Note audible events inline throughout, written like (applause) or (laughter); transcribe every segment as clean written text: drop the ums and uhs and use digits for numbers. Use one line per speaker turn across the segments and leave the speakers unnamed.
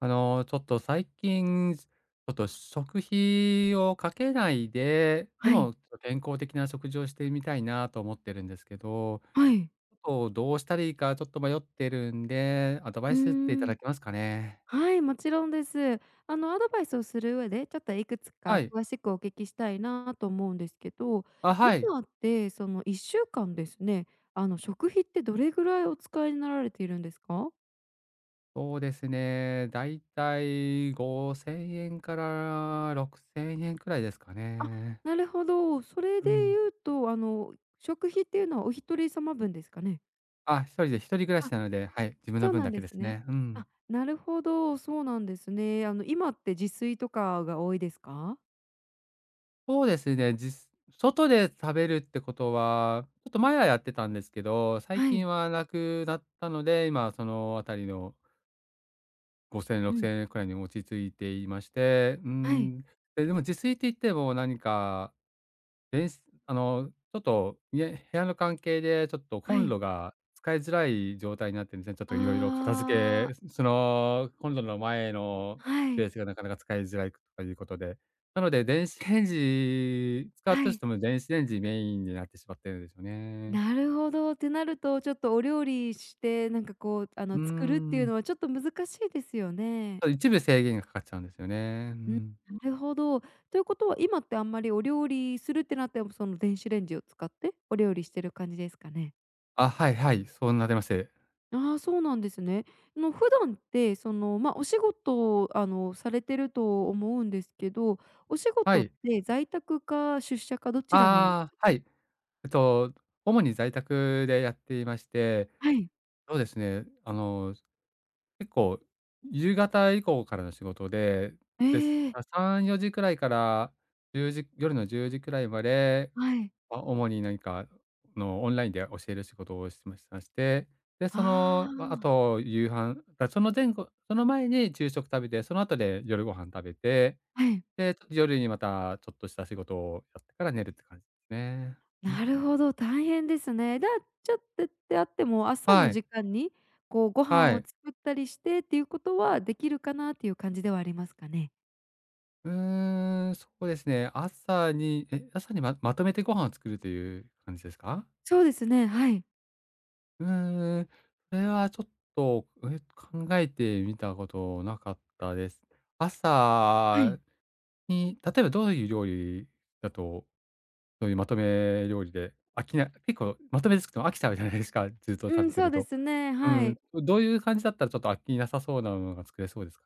ちょっと最近、ちょっと食費をかけないで、で
はい、
もちょっと健康的な食事をしてみたいなと思ってるんですけど、
はい。
ちょっとどうしたらいいかちょっと迷ってるんで、アドバ
うー
イスっていた
ん、
だけますかね？
はい、もちろんです。アドバイスをする上で、ちょっといくつ
は
か
い。
詳しくお聞きしたいなと思うんですけど、
あ、はい。
今って1週間ですね、食費ってどれぐらいお使いになられているんですか？
そうですね、だいたい ¥5000 から ¥6000 くせんえんくらいですか
あ、
ね。
なるほど。それ
う
で
ん。
言うと、食費っていうのはお一人様分ですかね？
あ、一人で一人暮らし
あ、
なので、はい、自分
そ
の
う
分
なん
だけ
で
で
す
す
ね。
ね。う
あ、
ん。
なるほど、そうなんですね。今って自炊とかが多いですか？
そうですね、外で食べるってことは、ちょっと前はやってたんですけど、最
は
近
い。
はなくなったので、今そのあたりの5000
うん。
6000くせんえんくらいに落ち着いていまして、う
はい、
ん、でも自炊って言っても何か電子ちょっと、いえ、部屋の関係でちょっとコ
は
ン
い。
ロが使いづらい状態になってるんですね。ちょっといろいろ片付
あ
け、
あ、
(laughs) そのコンロの前の
は
スペ
い、
ースがなかなか使いづらいということで。なので、電子レンジ使った
は
とし
い。
ても電子レンジメインになってしまってるんですよね。
なるほど。ってなると、ちょっとお料理して、
うー
作るっていう
ん。
のはちょっと難しいですよね。
ただ一部制限がかかっちゃうんですよね。う
うん、
ん。
なるほど。ということは、今ってあんまりお料理するってなっても、その電子レンジを使ってお料理してる感じですかね？
あ、はいはい、そうなります。
ああ、そうなんですね。の、普段って、お仕事を、されてると思うんですけど、お仕
は
事っ
い。
て在宅か出社かどちらなんです
ああ、
か？
はい。えっと、主に在宅でやっていまして、
はい。
そうですね、結構、夕方以降からの仕事で、
え
です。
え、
あ、3、4時くらいから1時、夜の10時くらいまで、
はい。
あ、主に何かのオンラインで教える仕事をして、で、
あ
その、あ
あ、
と夕飯だその前後その前に昼食食べて、その後で夜ご飯食べて、
はい。
で、ちょっと夜にまたちょっとした仕事をやってから寝るって感じですね。うん。
なるほど、大変ですね。だ、ちょっとってあっても、朝
は
の
い、
時間に、こう、ご飯
は
を
い。
作ったりしてっていうことはできるかなっていう感じではありますかね？
うーん、そうですね。朝にまとめてご飯を作るという感じですか？
そうですね、はい。
うーん、それはちょっと、考えてみたことなかったです。
は
朝
い。
に、例えばどういう料理だと、そういうまとめ料理で、飽きない結構まとめて作っても飽きちゃうじゃないですか、(laughs) ずっと
う
食べ
ん、
て
そ
る
うで
と。
すね、
う
は
ん、
い。
どういう感じだったらちょっと飽きなさそうなものが作れそうですか？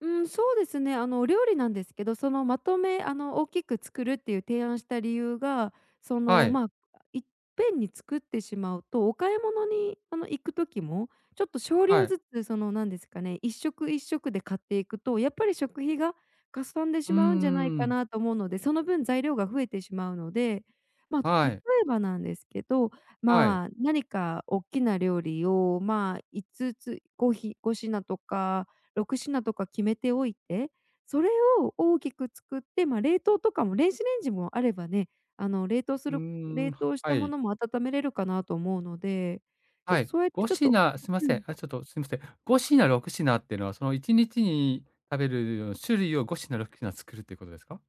うん、そうですね。お料理なんですけど、その、まとめあの、大きく作るっていう提案した理由が、
はい、
いっぺんに作ってしまうと、お買い物に、行く時も、ちょっと少
は
量
い。
ずつ、その、なんですかね、一食一食で買っていくと、やっぱり食費がかさんで
う
し
ー
まうんじゃないか
ん、
なと思うので、その分材料が増えてしまうので、まあ、
は
例
い、
えばなんですけど、
はい。
まあ、何か大きな料理を、まあ、5つつ、5ひ5品とか6品とか決めておいて、それを大きく作って、まあ、冷凍とかも電子レンジもあればね、あの、冷凍す
う
る
ーん、
冷凍し
は
たも
い。
のも温めれるかなと思うので、ちょっ
は
と
い、
そうやってちょっ
5
と
品すいま
う
せん、
ん。
あ、ちょっとすいません。5品、6品っていうのは、その1日にちに食べる種類を5品、6品作るっていうことですか？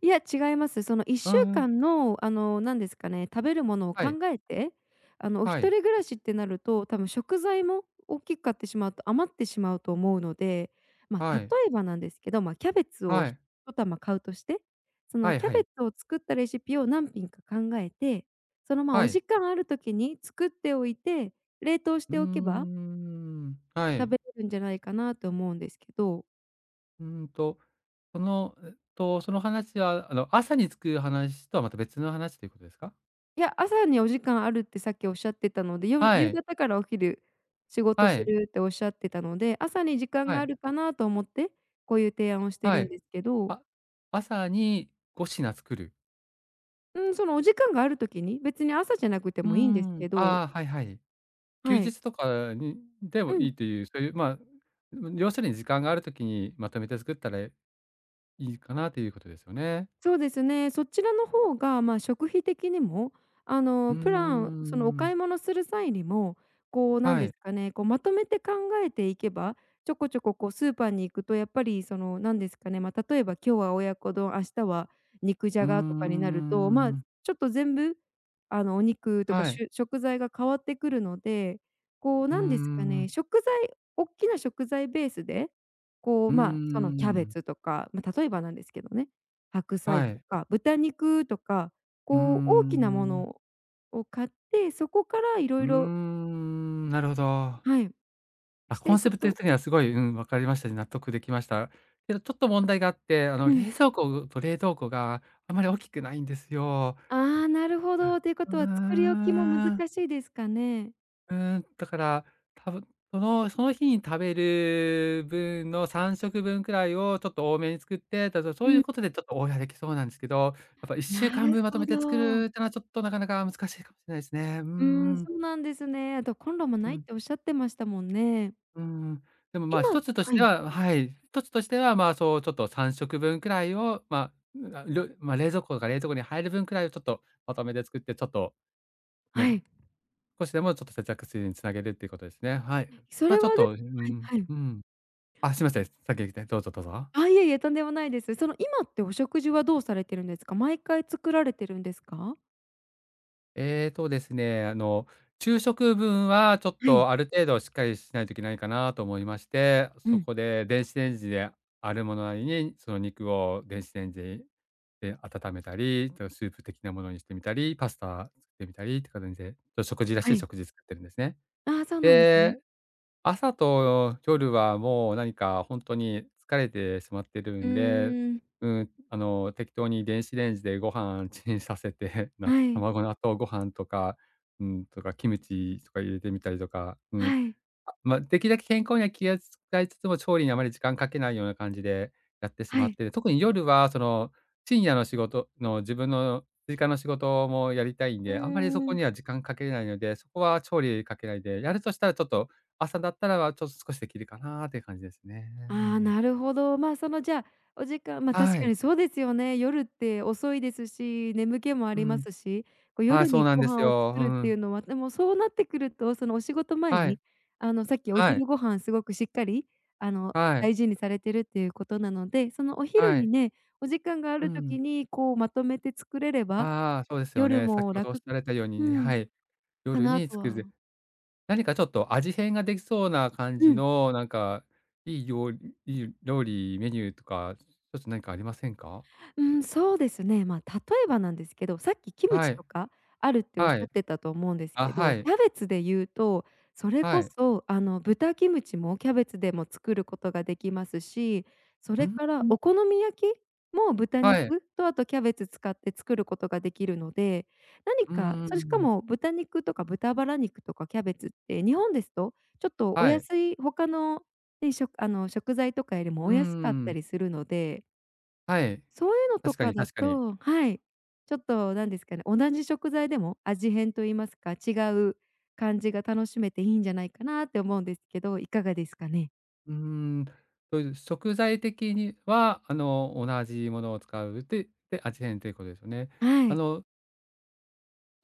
いや、いや違います。その
う
1週
んうん。
間の、あの、なんですかね、食べるものを
はい、
考えて、あの、お
は
一
い、
人暮らしってなると、多分食材も大きく買ってしまうと余ってしまうと思うので、まあ、
は
例
い、
えばなんですけど、まあ、キャベツを
は
ひ
い、
と玉買うとして、そ
は
の
い
キャ
は
ベ
い、
ツを作ったレシピを何品か考えて、
は
お
い。
時間ある時に作っておいて、冷凍し
うー
ておけば
ん、はい。
食べれるんじゃないかなと思うんですけど。
うんと、その話は、朝に作る話とはまた別の話ということですか？
いや、朝にお時間あるってさっきおっしゃってたので、
は
夕
い、
方からお昼仕事
は
す
い、
るっておっしゃってたので、朝に時間
は
があ
い、
るかなと思って、こういう提案をして
は
るん
い。
ですけど、
あ、朝に5品作る。
うん、そのお時間がある時に、別に朝じゃなくて
うー
もいいんです
ん、
けど
ああ、はいはい。休
はい。
日とかにで
う
もい
ん。
いという、そういう、まあ、要するに時間があるときにまとめて作ったらいいかなということですよね。
そうですね。そちらの方が、まあ、食費的にも、あ
うー
の、プランそのお買
ん。
い物する際にも、こう、なん
は
で
い。
すかね、こう、まとめて考えていけば、ちょこちょこ、こう、スーパーに行くと、やっぱり、その、なんですかね、まあ、例えば今日は親子丼、明日は肉じ
うー
ゃがとかになると、まあ、
ん。
ちょっと全部、お肉とか
はい。
食材が変わってくるので、こう、
うー
なんですかね、
ん。
大きな食材ベースで、こ
う
う、
ー
まあ、そのキャベ
ん。
ツとか、まあ、例えばなんですけどね、白
は
菜と
い。
か豚肉とか、
うー
こう大きなも
ん。
のを買って、そこからい
う
ろ
ー
いろ
ん、なるほど。
はい、
あ、
し
コ
て
ン
い
セ
く
プト
と
的にはすごい、うん、わかりましたね。納得できました。けどちょっと問題があって、
うん。
冷蔵庫と冷凍庫があまり大きくないんですよ。
ああ、なるほど。というこ
う
とは作
ー
り置きも難
ん。
しいですかね？
うーん、だから、多分、その日に食べる分の3食分くぶんくらいをちょっと多めに作って、ただそ
う
ういう
ん、
ことでちょっとオーダーできそうなんですけど、やっぱ1週
な
間
る
分まと
ほ
めて作
ど。
るってのはちょっとなかなか難しいかもしれないですね。う
うーん、
んうん。
そうなんですね。あとコンロも
う
ないっ
ん、
ておっしゃってましたもんね。
うーん。でも、まあ、一
今
つとし
は
て
い、
ははい、一つとしては、まあ、そうちょっと3食分くぶんくらいを、まあ、まあ、冷蔵庫に入る分くらいをちょっとまとめて作って、ちょっと
は
ね、
い。
少しでもちょっと節約水るにつなげるっていうことですね。はい。
それ
ちょっ
はで
とうん、
はいはい。
うん。あ、すいません。先行きたい。どうぞどうぞ。
あ、いえいえ、とんでもないです。その今ってお食事はどうされてるんですか？毎回作られてるんですか？
ですね、昼食分はちょっ
はい。
とある程度しっかりしないといけないかなと思いまして、
う
そ
ん。
こで電子レンジであるものなりに、その肉を電子レンジで温めたり、とスープ的なものにしてみたり、パスタ作ってみたりって感じで、ちょっと食事らし
は
い
い。
食事作ってるんですね。
ああ、そうなんですね。
で朝と夜はもう何か本当に疲れてしまってる
う
んで、
ーん。
うん、適当に電子レンジでご飯チンさせて、
は
(laughs)
い、
卵納豆ご飯とか、うん、とかキムチとか入れてみたりとか、うん、
はい、
まあ、できるだけ健康には気を使いつつも、調理にあまり時間かけないような感じでやってし
は
まっ
い。
て、特に夜は深夜の仕事の自分の追加の仕事もやりたいん
うー
で、あんまりそこ
ん。
には時間かけれないので、そこは調理かけないで、やるとしたらちょっと、朝だったらは、ちょっと少しできるかなっていう感じですね。
ああ、
う
な
ん。
るほど。まあ、その、じゃあ、お時間ま、あ確
は
か
い。
にそうですよね。夜って遅いですし、眠気もあ
う
りま
ん。
すし、こう、
はい、
夜
そう
に
なん
ご
です
飯を
よ。
作
う
るっていう
ん。
のは、でもそうなってくると、その、お仕事前
はい。
に、あの、さっきお
はい。
昼ご飯すごくしっかり、
はい。
大事にされてるっていうことなので、その、お昼
は
に
い。
ね、お時間があ
う
る時
ん。
に、こう、まとめて作れれば、
ああ、そうですよ
夜
ね。先
も
ほどおっし
楽
ゃられたよう
う
に、
ん、
はい、
か
夜
な
に
と
作
は
る何かちょっと味変ができそうな感
う
じ
ん。
の、なんか、いい料理、メニューとか、ちょっと何かありませんか？
うん、そうですね。まあ、例えばなんですけど、さっきキム
は
チ
い。
とかあるっておっし
は
ゃ
い。
ってたと思うんです
あ、
け
は
ど、
い。
キャベツで言うと、それ
は
こ
い。
そ、豚キムチもキャベツでも作ることができますし、そ
う
れ
ん。
からお好み焼きも豚
はい。
肉とあとキャベツ使って作ることができるので、何
うー
か、それしか
ん。
も豚肉とか豚バラ肉とかキャベツって日本ですと、ちょっとお
はい。
安い他のね、しょあの、食材とかよりも
うー
お安かった
ん。
りするので
はい。
そういうのと
確か
か
に
だ
確かに。
とはい、ちょっとなんですかね、同じ食材でも味変と言いますか、違う感じが楽しめていいんじゃないかなって思うんですけど、いかがですかね？
うーん。そういう食材的には、同じものを使うで、味変ということですよね。
は
あ
い。
の、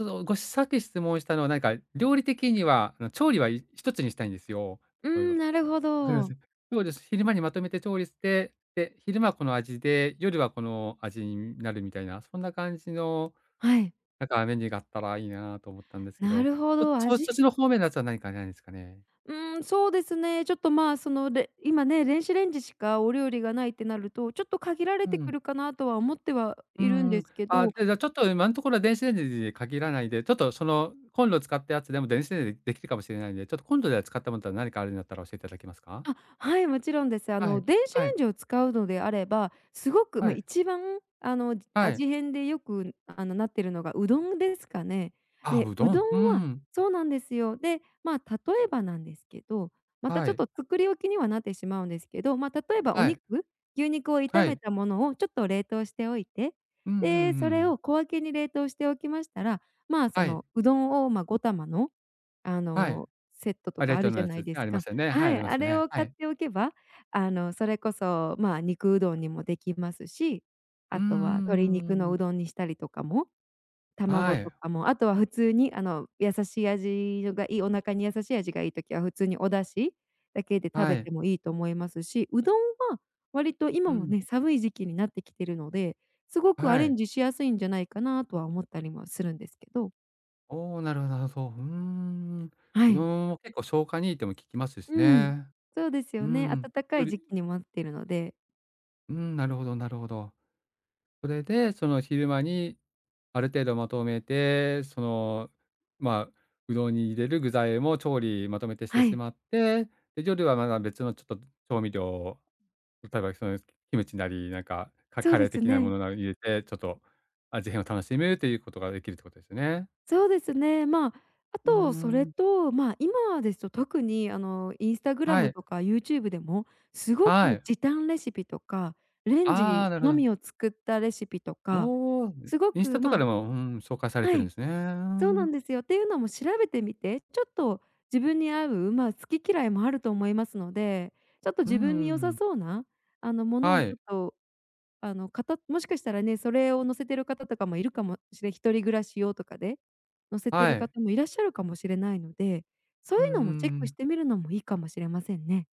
さっき質問したのは、なんか料理的には、調理は、ひとつにしたいんですよ。
うー
例えば
ん、なるほ
わかりま
ど。
す。そうです。昼間にまとめて調理して、で、昼間はこの味で、夜はこの味になるみたいな、そんな感じの、
はい。
なんかメニューがあったらいいなと思ったんですけ
な
ど、
るほ
そ
ど、味
そっちの方面のやつは何かないですかね？
うーん、そうですね。ちょっと、まあ、その、れ今ね、電子レンジしかお料理がないってなると、ちょっと限られ
う
てく
ん。
るかなとは思っては
うー
いるんで
ん。
すけ
あ、
ど
で、じゃ、ちょっと今のところは電子レンジに限らないで、ちょっとそのコンロを使ったやつでも電子レンジでできるかもしれないんで、ちょっとコンロで使ったものは何かあるんだったら教えていただけますか？
あ、はい、もちろんです。あ
は
の、
い、
電子レ
はい、
ンジを使うのであれば、すごく、ま
は
あ、
い、
一番、あの、
はい。
味変でよく、あの、なってるのがうどんですかね。
あ、
で、
う
う
ど
ど
ん。うん
んは
ん。
そうなんですよ。で、まあ、例えばなんですけど、また
は
ちょっ
い、
と作り置きにはなってしまうんですけど、まあ、例えばお
はい、
肉、牛肉を炒
は
め
い。
たものをちょっと冷凍しておいて、
うんうんう
で、それ
ん。
を小分けに冷凍しておきましたら、まあ、そ
はい。
のうどんを、ま、5玉の、
はい。
セットと
あ、
か
冷
あ
凍
る
の
じゃ
やつす
ない
ね
で
あ
す
りま
か。
したよね。は
は
い、あり
い、
ま
あ
す
れ
ね。
を
は
買っ
い。
ておけば、それこそ、まあ、肉うどんにもできますし、
うん
あ
うんう
とは鶏
んう
肉
んう
の
ん。
うどんにしたりとかも、
は
卵と
い、
かも、あとは普通に、あの、優しい味がいいお腹に優しい味がいい時は普通にお出汁だけで食
は
べて
い。
もいいと思いますし、うどんは割と
う
今も
ん、
ね、寒い時期になってきてるので、すごくア
は
レ
い。
ンジしやすいんじゃないかなとは思ったりもするんですけど。
おお、なるほどなるほど。うーん。
は
うど
い。
んも結構消化にいいとも聞きますし
うん。
ね。
そうです
う
よね。
ん。
暖か
よ
い
り
時期にもなっているので。
うん、なるほどなるほど。それで、その昼間にある程度まとめて、その、まあ、うどんに入れる具材も調理まとめてして
は
し
い。
まって、で、夜はまだ別のちょっと調味料を、例えばその、キムチなり、なんか、
そう
カレ
で
ー
す
的なも
ね。
のなど入れて、ちょっと味変を楽しむということができるってことですよね。
そうですね。まあ、あ
うー
とそれ
ん。
と、まあ、今ですと特にあの、インスタグラ
は
ム
い。
とか YouTube でも、すご
は
く
い。
時短レシピとか、レン
ああ、
ジ
なるほ
の
ど。
みを作ったレシピとか、
もう、
すご
インスタ
く、
と
ま
か
あ
でも、うん、紹介され
は
てるん
い、
ですね。うー
そうなん
ん。
ですよ。っていうのも調べてみて、ちょっと自分に合う、まあ、好き嫌いもあると思いますので、ちょっと
うー
自分に良さ
ん。
そうな、あの、もの
は
をちょ
い。
っとあの、方もしかしたらね、それを載せてる方とかもいるかもしれん一人暮らし用とかで、載せて
は
る
い。
方もいらっしゃるかもしれないので、そうい
うんうん
うのもチェッ
う
クし
ん。
てみるのもいいかもしれませんね。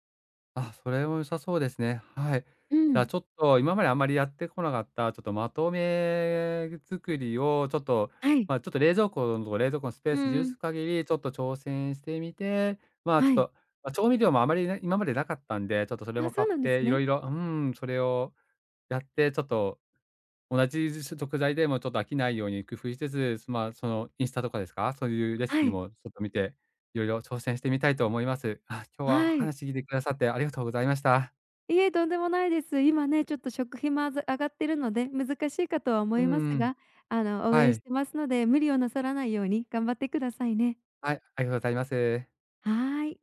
あ、それも良さそうですね。はい。じ
う
ゃあ
ん、
ちょっと今まであまりやってこなかった、ちょっとまとめ作りをちょっと、
はい。
まあ、ちょっと冷蔵庫のスペー
う
ス
ん
許
うん。
す限り、ちょっと挑戦してみて、まあ、ちょっ
はい。
と、調味料もあまりね、今までなかったんで、ちょっとそれ
あ、
も
そ
買っ
うなんで
て、
す
いろ
ね。
いろうん、それをやって、ちょっと同じ食材でもちょっと飽きないように工夫しつつ、まあそのインスタとかですか、そういうレシ
は
ピ
い。
もちょっと見て、いろいろ挑戦してみたいと思います。あ、今日は
はい。
話聞いてくださってありがとうございました。
いえ、とんでもないです。今ね、ちょっと食費も上がってるので、難しいかとは思
う
います
んうん。
が、あの、応
は
援し
い。
てますので、無理をなさらないように頑張ってくださいね。
はい、ありがとうございます。
はーい。